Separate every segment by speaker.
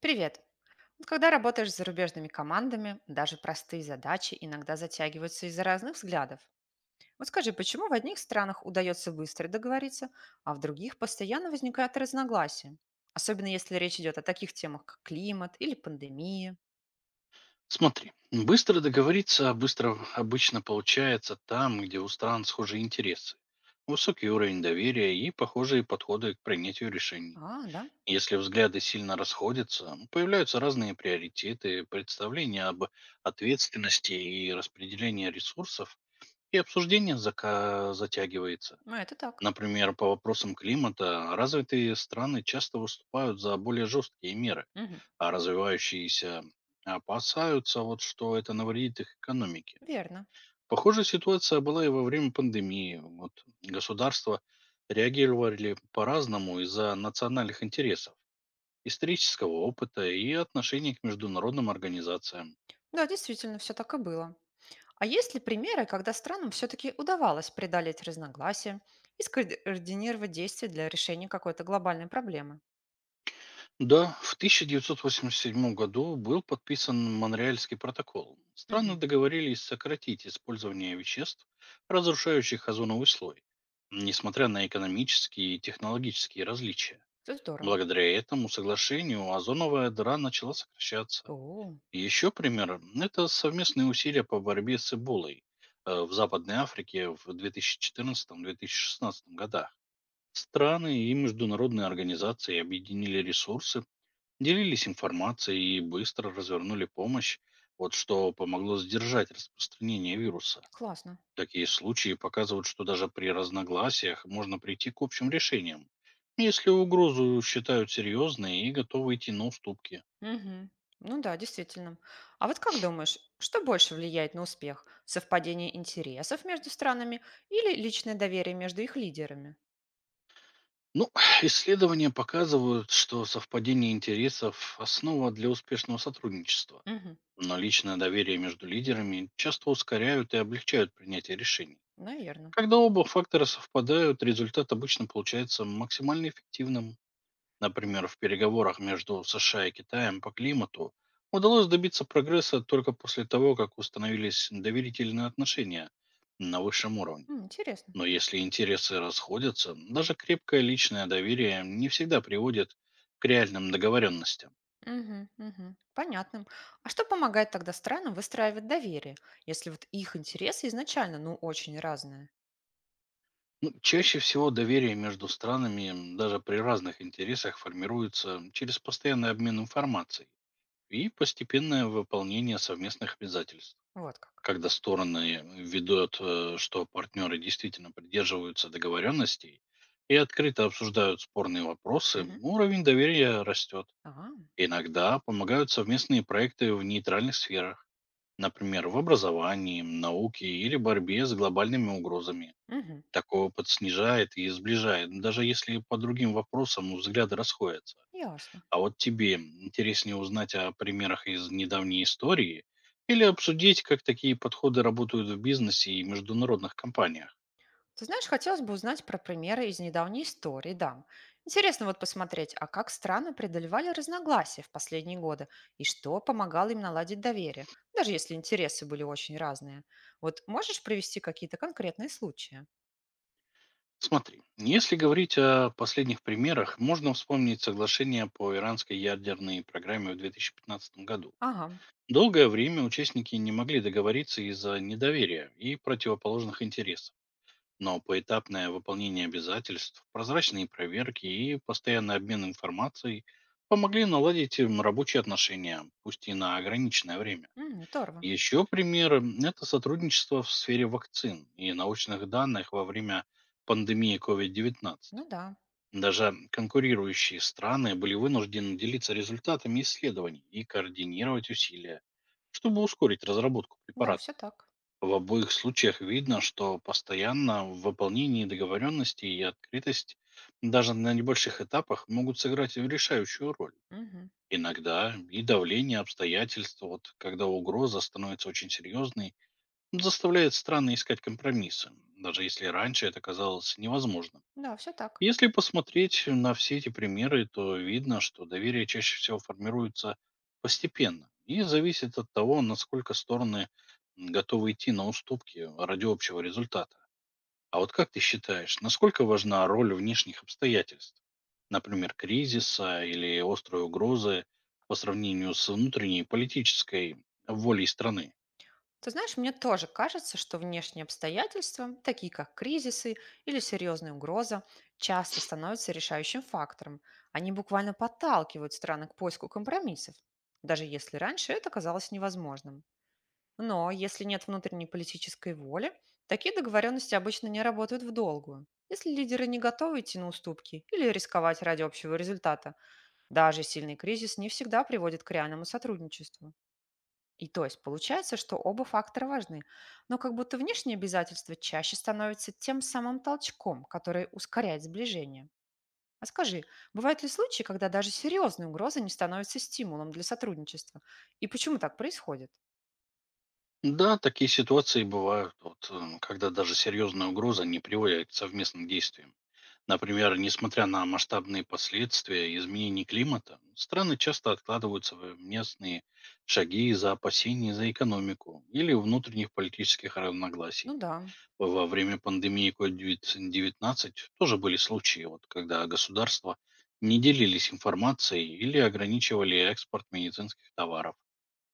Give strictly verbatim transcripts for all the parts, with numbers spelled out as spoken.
Speaker 1: Привет! Вот когда работаешь с зарубежными командами, даже простые задачи иногда затягиваются из-за разных взглядов. Вот скажи, почему в одних странах удается быстро договориться, а в других постоянно возникают разногласия? Особенно если речь идет о таких темах, как климат или пандемия.
Speaker 2: Смотри, быстро договориться быстро обычно получается там, где у стран схожие интересы, высокий уровень доверия и похожие подходы к принятию решений.
Speaker 1: А, да,
Speaker 2: Если взгляды сильно расходятся, появляются разные приоритеты, представления об ответственности и распределении ресурсов, и обсуждение зака- затягивается.
Speaker 1: ну это так.
Speaker 2: Например, по вопросам климата развитые страны часто выступают за более жесткие меры,
Speaker 1: Мгм.
Speaker 2: а развивающиеся опасаются, вот, что это навредит их экономике.
Speaker 1: Верно.
Speaker 2: Похожая ситуация была и во время пандемии. Вот, государства реагировали по-разному из-за национальных интересов, исторического опыта и отношений к международным организациям.
Speaker 1: Да, действительно, все так и было. А есть ли примеры, когда странам все-таки удавалось преодолеть разногласия и скоординировать действия для решения какой-то глобальной проблемы?
Speaker 2: Да, в тысяча девятьсот восемьдесят седьмом году был подписан Монреальский протокол. Страны
Speaker 1: Мгм.
Speaker 2: договорились сократить использование веществ, разрушающих озоновый слой, несмотря на экономические и технологические различия.
Speaker 1: Это здорово.
Speaker 2: Благодаря этому соглашению озоновая дыра начала сокращаться.
Speaker 1: О,
Speaker 2: Еще пример – это совместные усилия по борьбе с Эболой э, в Западной Африке в две тысячи четырнадцатого-две тысячи шестнадцатого годах. Страны и международные организации объединили ресурсы, делились информацией и быстро развернули помощь, вот что помогло сдержать распространение вируса.
Speaker 1: классно.
Speaker 2: Такие случаи показывают, что даже при разногласиях можно прийти к общим решениям, если угрозу считают серьезной и готовы идти на уступки.
Speaker 1: Мгм. Ну да, действительно. А вот как думаешь, что больше влияет на успех? Совпадение интересов между странами или личное доверие между их лидерами?
Speaker 2: Ну, исследования показывают, что совпадение интересов – основа для успешного сотрудничества.
Speaker 1: Угу.
Speaker 2: Но личное доверие между лидерами часто ускоряют и облегчают принятие решений.
Speaker 1: Наверное.
Speaker 2: Когда оба фактора совпадают, результат обычно получается максимально эффективным. Например, в переговорах между С Ш А и Китаем по климату удалось добиться прогресса только после того, как установились доверительные отношения на высшем уровне.
Speaker 1: Интересно.
Speaker 2: Но если интересы расходятся, даже крепкое личное доверие не всегда приводит к реальным договоренностям.
Speaker 1: Мгм, мгм. Понятно. А что помогает тогда странам выстраивать доверие, если вот их интересы изначально, ну, очень разные?
Speaker 2: Ну, чаще всего доверие между странами м, даже при разных интересах формируется через постоянный обмен информацией и постепенное выполнение совместных обязательств.
Speaker 1: Вот как.
Speaker 2: Когда стороны ведут, э, что партнеры действительно придерживаются договоренностей и открыто обсуждают спорные вопросы,
Speaker 1: Мгм.
Speaker 2: уровень доверия растет.
Speaker 1: А,
Speaker 2: Иногда помогают совместные проекты в нейтральных сферах, например, в образовании, науке или борьбе с глобальными угрозами.
Speaker 1: мгм.
Speaker 2: Такой опыт снижает и сближает, даже если по другим вопросам взгляды расходятся.
Speaker 1: Ясно.
Speaker 2: А вот тебе интереснее узнать о примерах из недавней истории или обсудить, как такие подходы работают в бизнесе и международных компаниях?
Speaker 1: Ты знаешь, хотелось бы узнать про примеры из недавней истории, да. Интересно вот посмотреть, а как страны преодолевали разногласия в последние годы и что помогало им наладить доверие, даже если интересы были очень разные. Вот можешь привести какие-то конкретные случаи?
Speaker 2: Смотри, если говорить о последних примерах, можно вспомнить соглашение по иранской ядерной программе в две тысячи пятнадцатом году.
Speaker 1: Ага,
Speaker 2: Долгое время участники не могли договориться из-за недоверия и противоположных интересов. Но поэтапное выполнение обязательств, прозрачные проверки и постоянный обмен информацией помогли наладить им рабочие отношения, пусть и на ограниченное время.
Speaker 1: м, здорово.
Speaker 2: Еще пример – это сотрудничество в сфере вакцин и научных данных во время пандемии
Speaker 1: Ну
Speaker 2: ковид девятнадцать.
Speaker 1: да,
Speaker 2: Даже конкурирующие страны были вынуждены делиться результатами исследований и координировать усилия, чтобы ускорить разработку
Speaker 1: да, все
Speaker 2: препаратов.
Speaker 1: так.
Speaker 2: В обоих случаях видно, что постоянно в выполнении договоренностей и открытость даже на небольших этапах могут сыграть решающую роль.
Speaker 1: Мгм.
Speaker 2: Иногда и давление обстоятельств, вот, когда угроза становится очень серьезной, заставляет страны искать компромиссы, даже если раньше это казалось невозможным.
Speaker 1: Да, все так.
Speaker 2: Если посмотреть на все эти примеры, то видно, что доверие чаще всего формируется постепенно и зависит от того, насколько стороны готовы идти на уступки ради общего результата. А вот как ты считаешь, насколько важна роль внешних обстоятельств, например, кризиса или острой угрозы по сравнению с внутренней политической волей страны?
Speaker 1: Ты знаешь, мне тоже кажется, что внешние обстоятельства, такие как кризисы или серьезная угроза, часто становятся решающим фактором. Они буквально подталкивают страны к поиску компромиссов, даже если раньше это казалось невозможным. Но если нет внутренней политической воли, такие договоренности обычно не работают в долгую. Если лидеры не готовы идти на уступки или рисковать ради общего результата, даже сильный кризис не всегда приводит к реальному сотрудничеству. И то есть получается, что оба фактора важны, но как будто внешние обязательства чаще становятся тем самым толчком, который ускоряет сближение. А скажи, бывают ли случаи, когда даже серьезные угрозы не становятся стимулом для сотрудничества? И почему так происходит?
Speaker 2: Да, такие ситуации бывают, вот, э, когда даже серьезная угроза не приводит к совместным действиям. Например, несмотря на масштабные последствия изменений климата, страны часто откладывают совместные шаги из-за опасений за экономику или внутренних политических
Speaker 1: Ну
Speaker 2: разногласий.
Speaker 1: да,
Speaker 2: Во время пандемии ковид девятнадцать тоже были случаи, вот, когда государства не делились информацией или ограничивали экспорт медицинских товаров,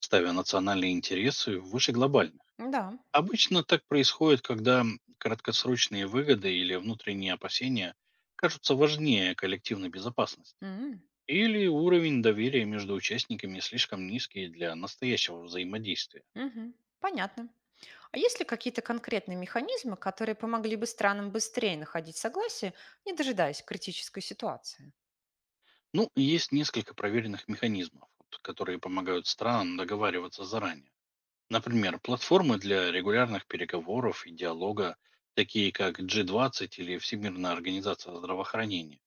Speaker 2: ставя национальные интересы выше глобальных.
Speaker 1: да.
Speaker 2: Обычно так происходит, когда краткосрочные выгоды или внутренние опасения кажутся важнее коллективной безопасности.
Speaker 1: М,
Speaker 2: Или уровень доверия между участниками слишком низкий для настоящего взаимодействия.
Speaker 1: мгм. Понятно. А есть ли какие-то конкретные механизмы, которые помогли бы странам быстрее находить согласие, не дожидаясь критической ситуации?
Speaker 2: Ну, есть несколько проверенных механизмов, вот, которые помогают странам договариваться заранее. Например, платформы для регулярных переговоров и диалога, такие как джи двадцать или Всемирная организация здравоохранения,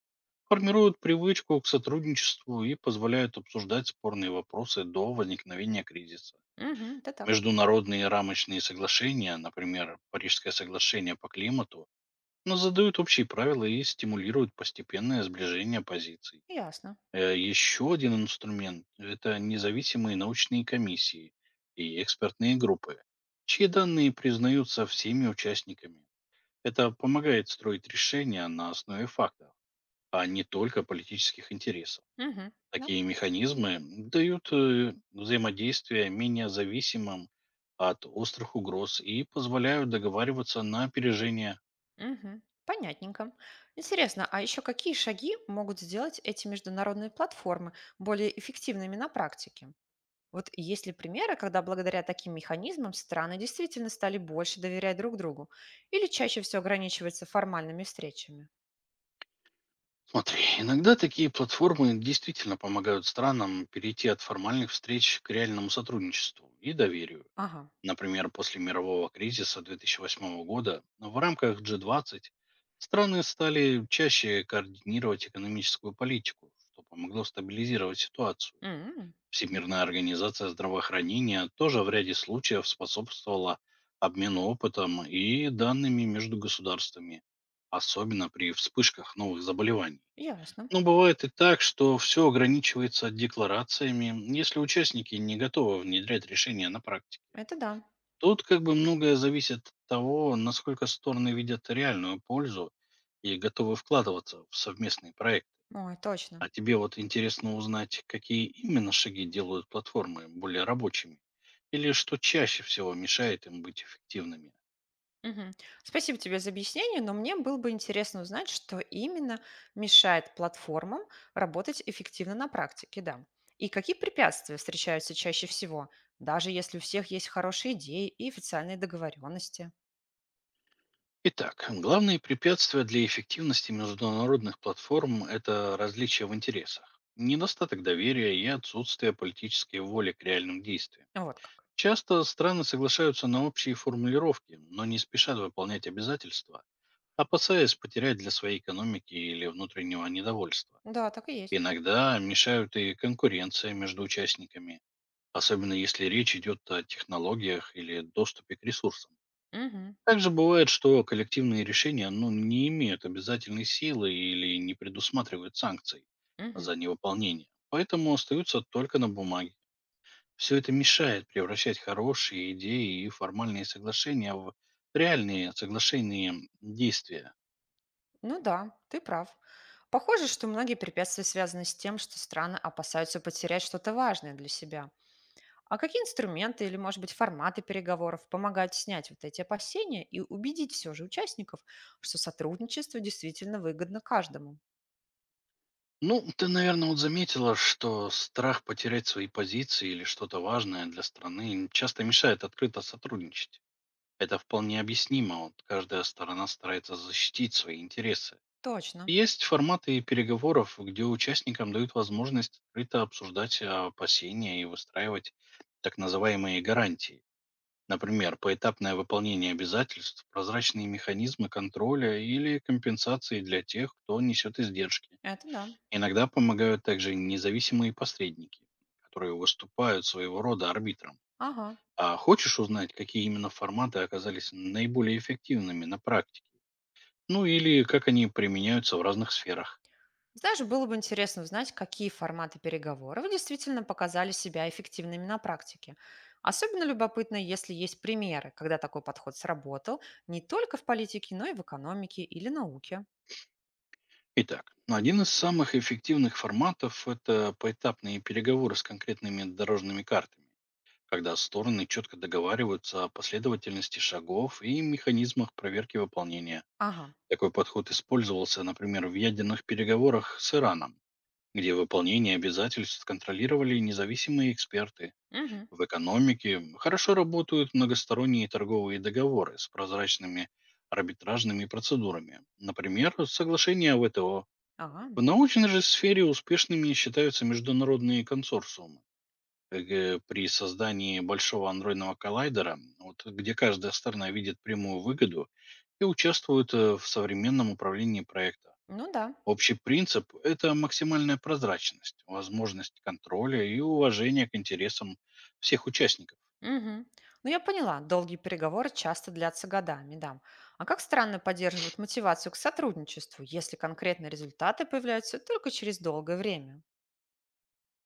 Speaker 2: формируют привычку к сотрудничеству и позволяют обсуждать спорные вопросы до возникновения кризиса.
Speaker 1: Угу, да так,
Speaker 2: Международные рамочные соглашения, например, Парижское соглашение по климату, но задают общие правила и стимулируют постепенное сближение позиций.
Speaker 1: ясно.
Speaker 2: Э, Еще один инструмент – это независимые научные комиссии и экспертные группы, чьи данные признаются всеми участниками. Это помогает строить решения на основе фактов, а не только политических интересов.
Speaker 1: Угу, да.
Speaker 2: Такие механизмы дают э, взаимодействие менее зависимым от острых угроз и позволяют договариваться на опережение.
Speaker 1: Мгм. Понятненько. Интересно, а еще какие шаги могут сделать эти международные платформы более эффективными на практике? Вот есть ли примеры, когда благодаря таким механизмам страны действительно стали больше доверять друг другу? Или чаще все ограничивается формальными встречами?
Speaker 2: Смотри, иногда такие платформы действительно помогают странам перейти от формальных встреч к реальному сотрудничеству и доверию.
Speaker 1: Ага.
Speaker 2: Например, после мирового кризиса две тысячи восьмом года в рамках джи двадцать страны стали чаще координировать экономическую политику, что помогло стабилизировать ситуацию.
Speaker 1: М,
Speaker 2: Всемирная организация здравоохранения тоже в ряде случаев способствовала обмену опытом и данными между государствами, особенно при вспышках новых заболеваний.
Speaker 1: ясно.
Speaker 2: Но бывает и так, что все ограничивается декларациями, если участники не готовы внедрять решения на практике.
Speaker 1: Это да.
Speaker 2: Тут как бы многое зависит от того, насколько стороны видят реальную пользу и готовы вкладываться в совместные проекты.
Speaker 1: Ой, точно.
Speaker 2: А тебе вот интересно узнать, какие именно шаги делают платформы более рабочими? Или что чаще всего мешает им быть эффективными?
Speaker 1: Мгм. Спасибо тебе за объяснение, но мне было бы интересно узнать, что именно мешает платформам работать эффективно на практике, да. И какие препятствия встречаются чаще всего, даже если у всех есть хорошие идеи и официальные договоренности.
Speaker 2: Итак, главные препятствия для эффективности международных платформ – это различия в интересах, недостаток доверия и отсутствие политической воли к реальным действиям.
Speaker 1: Вот как.
Speaker 2: Часто страны соглашаются на общие формулировки, но не спешат выполнять обязательства, опасаясь потерять для своей экономики или внутреннего недовольства.
Speaker 1: Да, так и есть.
Speaker 2: Иногда мешают и конкуренция между участниками, особенно если речь идет о технологиях или доступе к ресурсам.
Speaker 1: Мгм.
Speaker 2: Также бывает, что коллективные решения ну, не имеют обязательной силы или не предусматривают санкций
Speaker 1: Мгм.
Speaker 2: за невыполнение, поэтому остаются только на бумаге. Все это мешает превращать хорошие идеи и формальные соглашения в реальные соглашения м, действия.
Speaker 1: Ну да, ты прав. Похоже, что многие препятствия связаны с тем, что страны опасаются потерять что-то важное для себя. А какие инструменты или, может быть, форматы переговоров помогают снять вот эти опасения и убедить все же участников, что сотрудничество действительно выгодно каждому?
Speaker 2: Ну, ты, наверное, вот заметила, что страх потерять свои позиции или что-то важное для страны им часто мешает открыто сотрудничать. Это вполне объяснимо, вот каждая сторона старается защитить свои интересы.
Speaker 1: Точно,
Speaker 2: Есть форматы переговоров, где участникам дают возможность открыто обсуждать опасения и выстраивать так называемые гарантии. Например, поэтапное выполнение обязательств, прозрачные механизмы контроля или компенсации для тех, кто несет издержки.
Speaker 1: это да.
Speaker 2: Иногда помогают также независимые посредники, которые выступают своего рода арбитром.
Speaker 1: Ага.
Speaker 2: А хочешь узнать, какие именно форматы оказались наиболее эффективными на практике? Ну или как они применяются в разных сферах?
Speaker 1: Знаешь, было бы интересно узнать, какие форматы переговоров действительно показали себя эффективными на практике. Особенно любопытно, если есть примеры, когда такой подход сработал не только в политике, но и в экономике или науке.
Speaker 2: Итак, ну, один из самых эффективных форматов – это поэтапные переговоры с конкретными дорожными картами, когда стороны четко договариваются о последовательности шагов и механизмах проверки выполнения.
Speaker 1: Ага.
Speaker 2: Такой подход использовался, например, в ядерных переговорах с Ираном, где выполнение обязательств контролировали независимые эксперты.
Speaker 1: Мгм.
Speaker 2: В экономике хорошо работают многосторонние торговые договоры с прозрачными арбитражными процедурами, например, соглашения В Т О.
Speaker 1: Ага.
Speaker 2: В научной же сфере успешными считаются международные консорциумы. Э, При создании большого андроидного коллайдера, вот, где каждая сторона видит прямую выгоду и участвует э, в современном управлении проектом.
Speaker 1: Ну да.
Speaker 2: Общий принцип – это максимальная прозрачность, возможность контроля и уважение к интересам всех участников.
Speaker 1: Мгм. Ну, я поняла, долгие переговоры часто длятся годами, да. А как страны поддерживают мотивацию к сотрудничеству, если конкретные результаты появляются только через долгое время?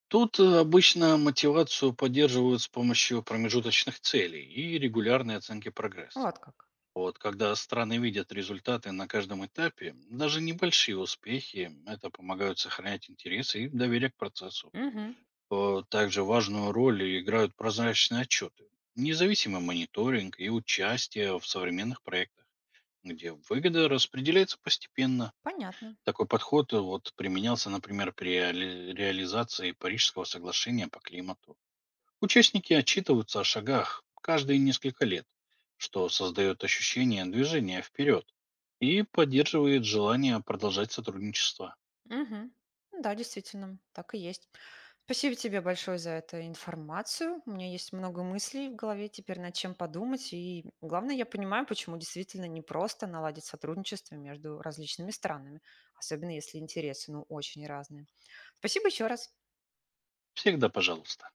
Speaker 2: Тут э, обычно мотивацию поддерживают с помощью промежуточных целей и регулярной оценки прогресса.
Speaker 1: Вот как.
Speaker 2: Вот когда страны видят результаты на каждом этапе, даже небольшие успехи, это помогают сохранять интересы и доверие к процессу.
Speaker 1: Мгм.
Speaker 2: Э, Также важную роль играют прозрачные отчеты, независимый мониторинг и участие в современных проектах, где выгода распределяется постепенно.
Speaker 1: Понятно.
Speaker 2: Такой подход э, вот, применялся, например, при реали- реализации Парижского соглашения по климату. Участники отчитываются о шагах каждые несколько лет, что создает ощущение движения вперед и поддерживает желание продолжать сотрудничество.
Speaker 1: Мгм. Ну да, действительно, так и есть. Спасибо тебе большое за эту информацию. У меня есть много мыслей в голове теперь над чем подумать. И главное, я понимаю, почему действительно непросто наладить сотрудничество между различными странами, особенно если интересы, ну, очень разные. Спасибо еще раз.
Speaker 2: Всегда пожалуйста.